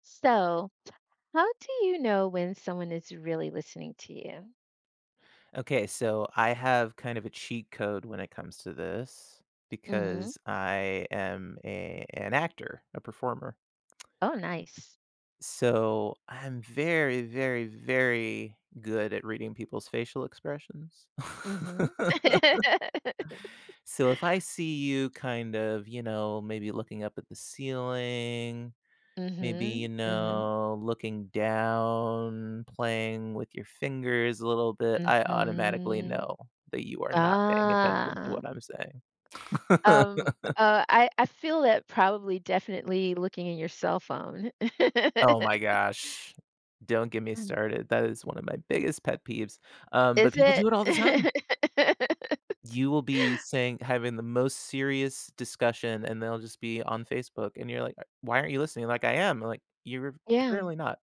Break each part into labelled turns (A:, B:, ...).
A: So, how do you know when someone is really listening to you?
B: Okay, so I have kind of a cheat code when it comes to this
A: Mm-hmm.
B: because I am an actor, a performer.
A: Oh, nice.
B: So I'm very, very, very good at reading people's facial expressions.
A: Mm-hmm.
B: So if I see you kind of, you know, maybe looking up at the ceiling. Maybe,
A: Mm-hmm.
B: you
A: Mm-hmm.
B: know, looking down, playing with your fingers a little bit, I automatically
A: Mm-hmm.
B: know that you are not paying attention to
A: Ah.
B: what I'm saying.
A: Um, uh, I, I feel that probably definitely looking in your cell phone.
B: Oh my gosh. Don't get me
A: Mm.
B: started. That is one of my biggest pet peeves,
A: Is
B: but people
A: it?
B: do it all the time. You will be saying having the most serious discussion, and they'll just be on Facebook, and you're like, " Why aren't you listening?" Like, "I am." I'm like, "You're
A: Yeah.
B: clearly not."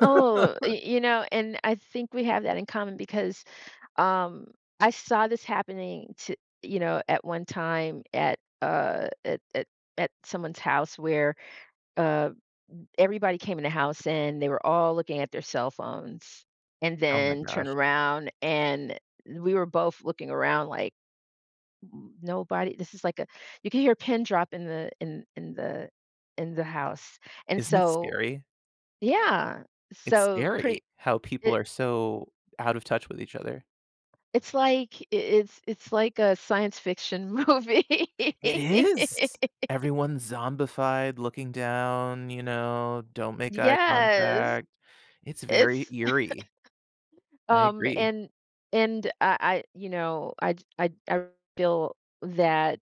A: Oh, you know, and I think we have that in common because Um, I saw this happening to, At one time at, at someone's house where, uh, everybody came in the house and they were all looking at their cell phones and
B: Oh my
A: then turned
B: gosh.
A: around and we were both looking around like, "N Nobody." This is like a, you could hear a pin drop in the in the house, and
B: Isn't it
A: so
B: scary?
A: yeah.
B: It's
A: So pretty
B: scary how
A: I
B: people are so out of touch with each other.
A: it's like it's like a science fiction movie.
B: It is. Everyone's zombified, looking down, you know, don't make eye
A: Yes,
B: contact. It's very
A: it's,
B: eerie. I
A: um,
B: agree.
A: and and I you know, I j I feel that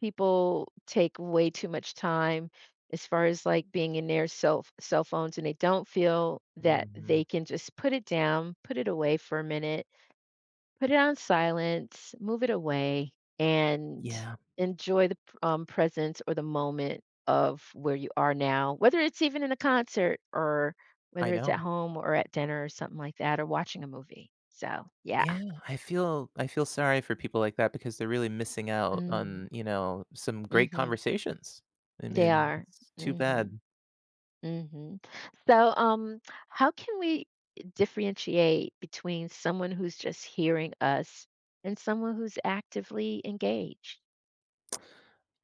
A: people take way too much time as far as, like, being in their cell phones, and they don't feel that
B: Mhm.
A: they can just put it down, put it away for a minute, put it on silent, move it away, and
B: Yeah,
A: enjoy the presence or the moment of where you are now, whether it's even in a concert or
B: I
A: whether it's at
B: know.
A: home or at dinner or something like that, or watching a movie. So, yeah.
B: Yeah, I feel sorry for people like that because they're really missing out
A: Mm,
B: on, you know, some great
A: hmm.
B: conversations. I
A: They
B: mean,
A: are.
B: it's too
A: Hmm.
B: bad.
A: Hmm. So, how can we differentiate between someone who's just hearing us and someone who's actively engaged?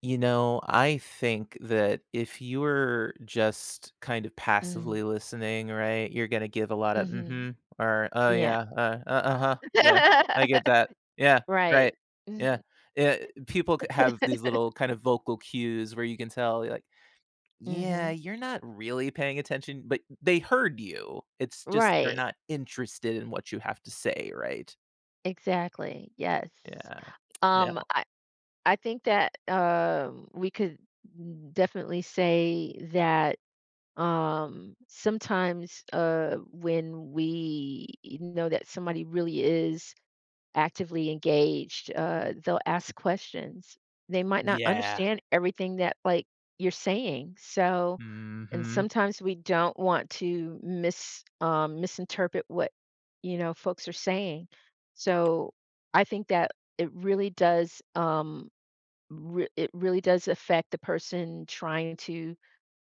B: You know, I think that if you're just kind of passively listening, right, you're gonna give a lot of
A: Mm-hmm.
B: mm-hmm, or "oh
A: Yeah.
B: yeah, uh-huh, yeah, I get that, yeah,
A: Right.
B: right, yeah."
A: Mhm.
B: People c have these little kind of vocal cues where you can tell, like, "Yeah,
A: Mhm.
B: you're not really paying attention," but they heard you. It's just they're
A: Right.
B: not interested in what you have to say, right?
A: Exactly. Yes.
B: Yeah.
A: Um,
B: No.
A: I I think that, we could definitely say that, sometimes, when we know that somebody really is actively engaged, they'll ask questions. They might not
B: Yeah.
A: understand everything that, like, you're saying, so and
B: Mhm.
A: sometimes we don't want to misinterpret what, you know, folks are saying. So, I think that it really does, re it really does affect the person trying to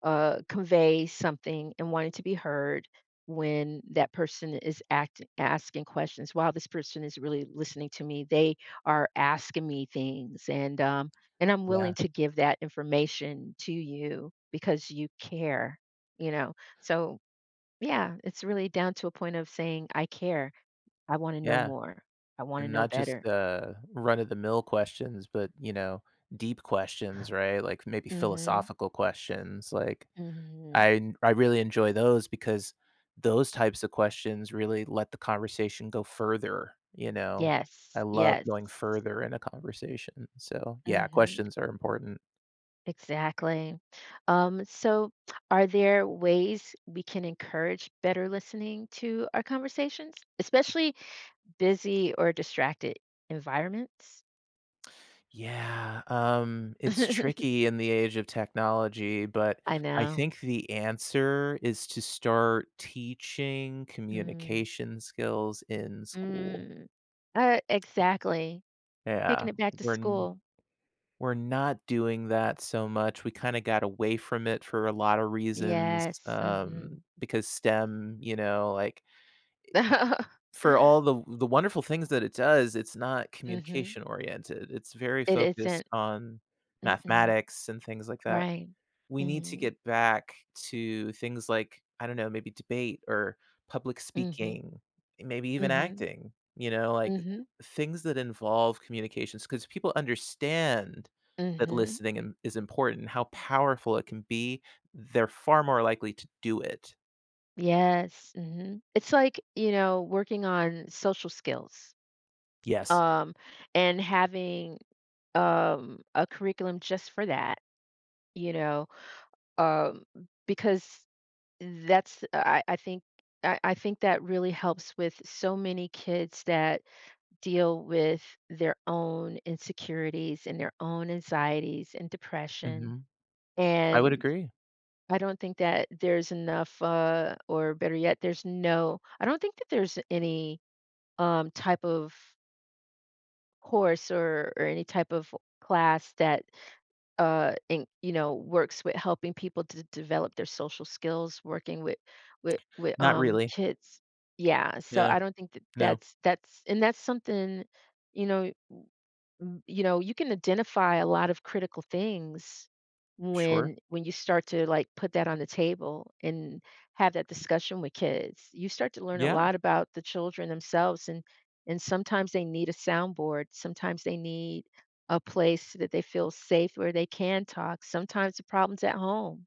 A: convey something and wanting to be heard when that person is asking questions. Wow, this person is really listening to me. They are asking me things, and I'm willing
B: Yeah.
A: to give that information to you because you care, you know, so yeah, it's really down to a point of saying, I care, I want to know
B: Yeah.
A: more, I want to
B: And
A: know
B: not just,
A: better.
B: run-of-the-mill questions, but, you know, deep questions, right? Like, maybe
A: Hmm.
B: philosophical questions, like,
A: Hmm.
B: I really enjoy those because those types of questions really let the conversation go further, you know? I
A: Yes,
B: love going
A: yes.
B: further in a conversation, so, yeah,
A: Hmm.
B: questions are important.
A: Exactly. Um, so, are there ways we can encourage better listening to our conversations, especially busy or distracted environments?
B: Yeah, it's tricky in the age of technology, but
A: I
B: I
A: know.
B: think the answer is to start teaching
A: Mm,
B: communication skills in school.
A: mm. Exactly.
B: Yeah,
A: Taking it back to
B: we're n
A: school.
B: we're not doing that so much. We kinda got away from it for a lot of reasons,
A: Yes. Mm-hmm.
B: because STEM, you know, like, for all the wonderful things that it does, it's not
A: Mm-hmm.
B: communication oriented. It's very
A: It
B: focused
A: isn't.
B: on
A: Mm-mm.
B: mathematics and things like that.
A: Right.
B: We need to
A: Mm-hmm.
B: get back to things like, I don't know, maybe debate or public
A: Mm-hmm.
B: speaking, maybe even
A: Mm-hmm.
B: acting, you know, like
A: Mm-hmm.
B: things that involve communications because people understand that
A: Mm-hmm.
B: is important, how powerful it can be. They're far more likely to do it.
A: Yes. Hmm. It's like, you know, working on social skills,
B: Yes.
A: um, and having a curriculum just for that, you know, um, because that's, I think. I think that really helps with so many kids that deal with their own insecurities and their own anxieties and depression.
B: Hmm. I would
A: And
B: agree.
A: I don't think that there's enough, or better yet, there's no, I don't think that there's any type of course or any type of class that you know, works with helping people to develop their social skills, working with
B: Not really.
A: kids. Yeah, so
B: Yeah.
A: I don't think that
B: No.
A: that's, and that's something, you know, you know you can identify a lot of critical things
B: Sure.
A: when you start to, like, put that on the table and have that discussion with kids, you start to learn a
B: Yeah.
A: lot about the children themselves. And sometimes they need a soundboard, sometimes they need a place that they feel safe where they can talk. Sometimes the problems at home,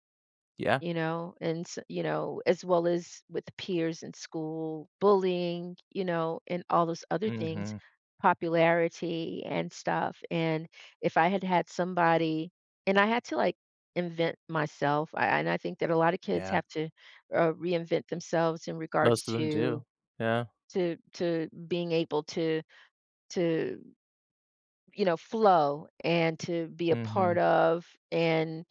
B: Yeah.
A: you know, you know, as well as with peers in school, bullying, you know, and all those other things,
B: Hmm.
A: popularity and stuff. And if I had had somebody, and I had to, like, invent myself, and I think that a lot of kids
B: Yeah.
A: have to reinvent themselves in regards
B: Most of them
A: to
B: do. Yeah.
A: to being able to to you know flow and to be a part
B: Hmm.
A: of, and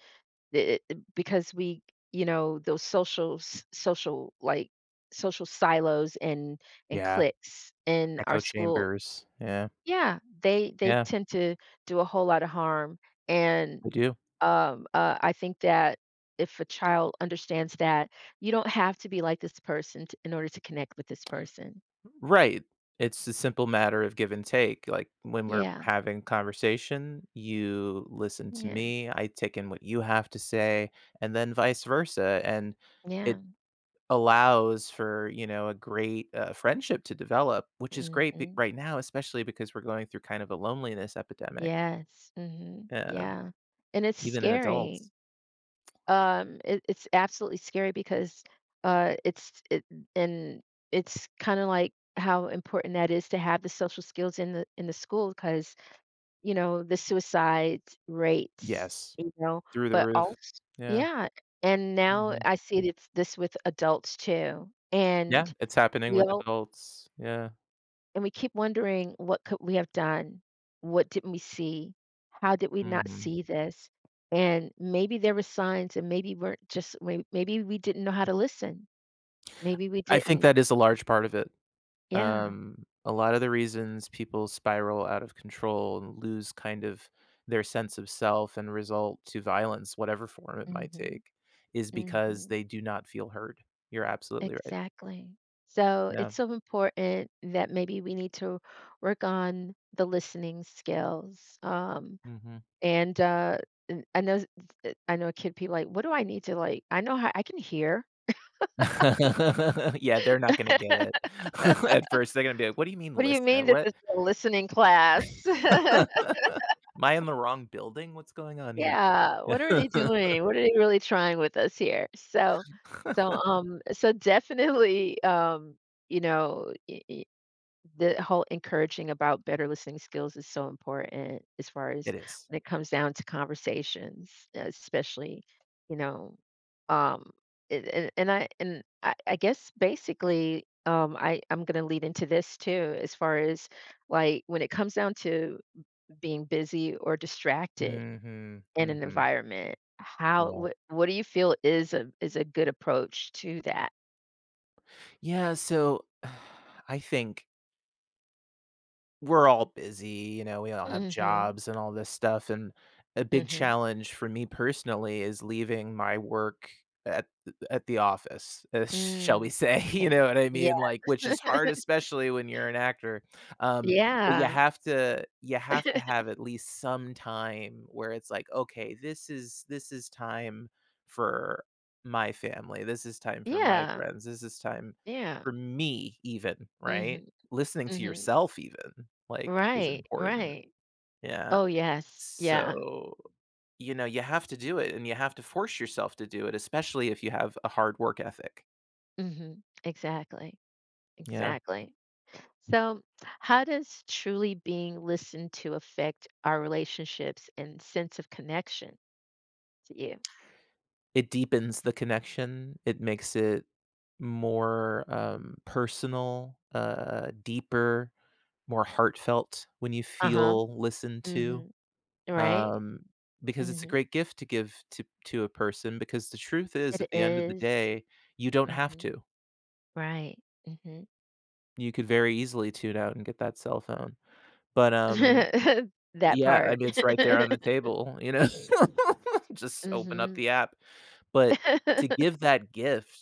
A: because we, you know, those social, like, social silos and
B: Yeah.
A: cliques in our
B: Echo
A: school,
B: chambers. Yeah.
A: yeah, they
B: Yeah,
A: tend to do a whole lot of harm. And
B: I do.
A: I think that if a child understands that you don't have to be like this person to, in order to connect with this person,
B: Right. It's a simple matter of give and take. Like when we're
A: yeah,
B: having conversation, you listen to
A: yeah,
B: me, I take in what you have to say, and then vice versa. And
A: yeah.
B: it allows for, you know, a great friendship to develop, which is great
A: Hmm.
B: right now, especially because we're going through kind of a loneliness epidemic.
A: Yes. Hmm.
B: Um,
A: Yeah, and it's
B: Even in
A: scary.
B: adults.
A: It's absolutely scary because, it's it and it's kinda like how important that is to have the social skills in the school because, you know, the suicide rates,
B: Yes,
A: you know,
B: through the
A: but
B: roof.
A: also
B: Yeah,
A: yeah, and now
B: mhm.
A: I see it's this with adults too,
B: Yeah,
A: and
B: it's happening
A: we
B: with
A: all,
B: adults. Yeah,
A: and we keep wondering, what could we have done? What didn't we see? How did we not
B: mhm.
A: see this? And maybe there were signs, and maybe weren't just maybe we didn't know how to listen. Maybe we
B: I think
A: didn't.
B: that is a large part of it.
A: Yeah.
B: A lot of the reasons people spiral out of control and lose kind of their sense of self and result to violence, whatever form it might
A: Hmm.
B: take, is because they
A: Hmm.
B: do not feel heard. You're absolutely right.
A: Exactly. So
B: Yeah.
A: it's so important that maybe we need to work on the listening skills.
B: Mhm.
A: And uh, and I know I know a kid. People like, what do I need to like? I know how I can hear.
B: Yeah, they're not gonna get it. At first, they're gonna be like, "What do you mean
A: What do you
B: listen?
A: mean
B: to
A: this
B: What?
A: is a listening class?
B: Am I in the wrong building? What's going on here?"
A: Yeah, what are they doing? What are they really trying with us here? So so definitely, you know, the whole encouraging about better listening skills is so important as far as
B: It is.
A: when it comes down to conversations, especially, you know, um, it and I guess basically, I'm gonna lead into this too as far as, like, when it comes down to being busy or distracted
B: Mhm,
A: in an
B: mhm.
A: environment. How,
B: Yeah.
A: what do you feel is a good approach to that?
B: Yeah, so I think we're all busy, you know, we all have
A: Mhm.
B: jobs and all this stuff, and a big
A: Mhm.
B: challenge for me personally is leaving my work at the office, shall we
A: Mm.
B: say, you
A: Okay.
B: know what I
A: Yeah.
B: mean? Like, which is hard, especially when you're an actor, um, but
A: Yeah.
B: you have to have at least some time where it's like, "Okay, this is time for my family, this is time for my
A: Yeah.
B: friends, this is time
A: Yeah.
B: for me even," right?
A: Mhm.
B: Listening to
A: Mhm.
B: yourself even, like, is
A: Right.
B: important.
A: Right.
B: Yeah.
A: Oh, yes. Yeah.
B: So, you know, you have to do it and you have to force yourself to do it, especially if you have a hard work ethic.
A: Mhm. Exactly.
B: Yeah.
A: Exactly. So, how does truly being listened to affect our relationships and sense of connection to you?
B: It deepens the connection. It makes it more, personal, deeper, more heartfelt when you
A: Uh-huh.
B: feel listened to,
A: Mhm. Right.
B: um, because it's a
A: Mhm.
B: great gift to give to a person because the truth is, at
A: It
B: the end of the
A: is.
B: day, you don't have
A: Mhm.
B: to.
A: Right. Mhm.
B: You could very easily tune out and get that cell phone, but,
A: That
B: yeah, I
A: part.
B: mean, it's right there on the table, you know? Just open up
A: Mhm.
B: the app, but to give that gift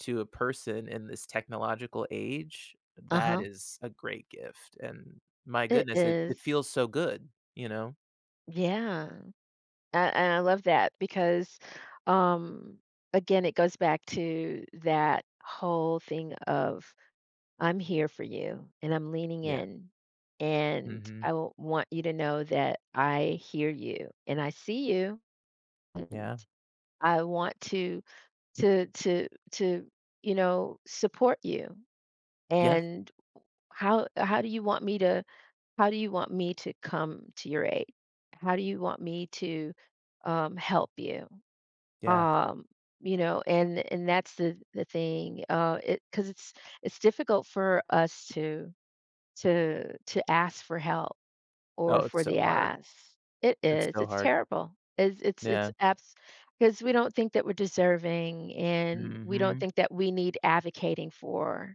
B: to a person in this technological age, that
A: Uh-huh.
B: is a great gift, and my
A: It
B: goodness, it
A: is.
B: feels so good, you know?
A: Yeah. A and I love that because, um, again, it goes back to that whole thing of, "I'm here for you, and I'm leaning
B: Yeah.
A: in, and I
B: Mhm.
A: w want you to know that I hear you, and I see you, and
B: Yeah.
A: I want to," to you know, support you,
B: Yes.
A: and how do you want me to, how do you want me to come to your aid, how do you want me to, help you,
B: Yeah.
A: um, you know, and that's the thing, it because it's difficult for us to to ask for help, or
B: Oh,
A: for
B: it's so
A: the
B: hard.
A: ass. It
B: It's
A: is.
B: so
A: It's
B: hard.
A: terrible. It's
B: Yeah.
A: abs, because we don't think that we're deserving and we don't
B: Mhm.
A: think that we need advocating for.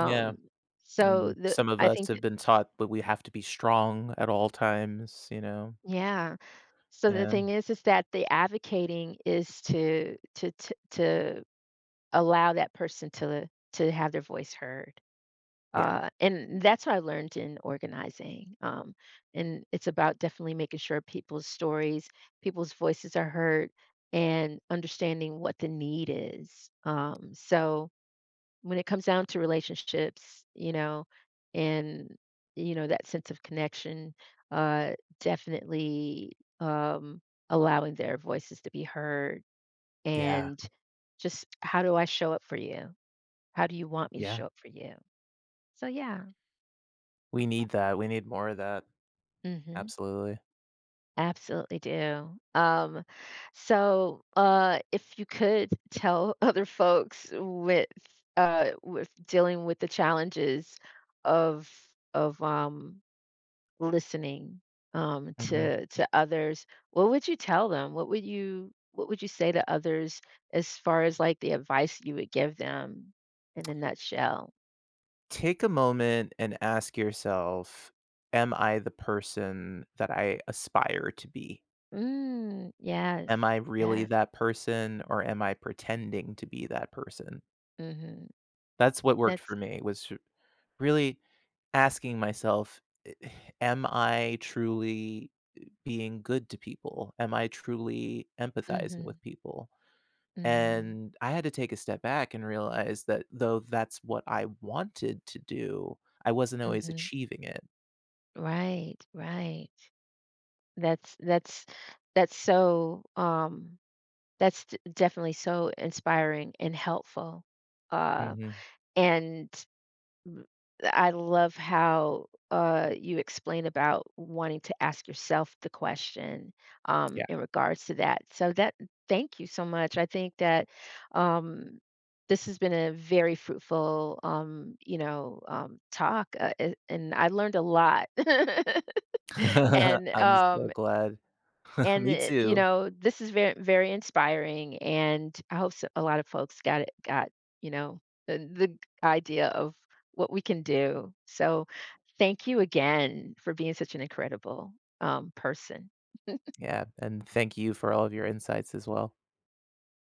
B: Yeah.
A: so
B: Mm,
A: the
B: some of
A: I
B: us
A: think
B: have
A: that,
B: been taught that we have to be strong at all times, you know?
A: yeah. So the
B: Yeah.
A: thing is that the advocating is to to allow that person to have their voice heard.
B: Yeah.
A: Uh, and that's what I learned in organizing. And it's about definitely making sure people's stories, people's voices are heard, and understanding what the need is. So when it comes down to relationships, you know, and you know that sense of connection, uh, definitely um, allowing their voices to be heard,
B: Yeah.
A: and just how do I show up for you? How do you want me to
B: Yeah.
A: show up for you? So yeah.
B: We need that, we need more of that.
A: Hmm.
B: Absolutely.
A: Absolutely do. So, if you could tell other folks with dealing with the challenges of of um, listening,
B: Mhm.
A: to others, what would you tell them? What would you, what would you say to others as far as, like, the advice you would give them in a nutshell?
B: Take a moment and ask yourself, "Am I the person that I aspire to be?
A: Mm, yes,
B: Am I really
A: yes.
B: that person or am I pretending to be that person?"
A: Mm-hmm.
B: That's what worked for
A: That's,
B: me was to really asking myself, am I truly being good to people? Am I truly empathizing
A: mm-hmm.
B: with people?
A: Mm-hmm.
B: And I had to take a step back and realize that though that's what I wanted to do, I wasn't always
A: Mm-hmm.
B: achieving it.
A: Right, right. That's that's so, that's definitely so inspiring and helpful. Uh,
B: Hmm.
A: and m- I love how, uh, you explain about wanting to ask yourself the question,
B: Yeah.
A: in regards to that. So that, thank you so much. I think that um this has been a very fruitful, you know, talk, and I learned a lot. And
B: I'm so glad.
A: and
B: Me
A: it, you
B: too.
A: know, this is very, very inspiring, and I hope so a lot of folks got it got, you know, the idea of what we can do. So, thank you again for being such an incredible, person.
B: Yeah. And thank you for all of your insights as well.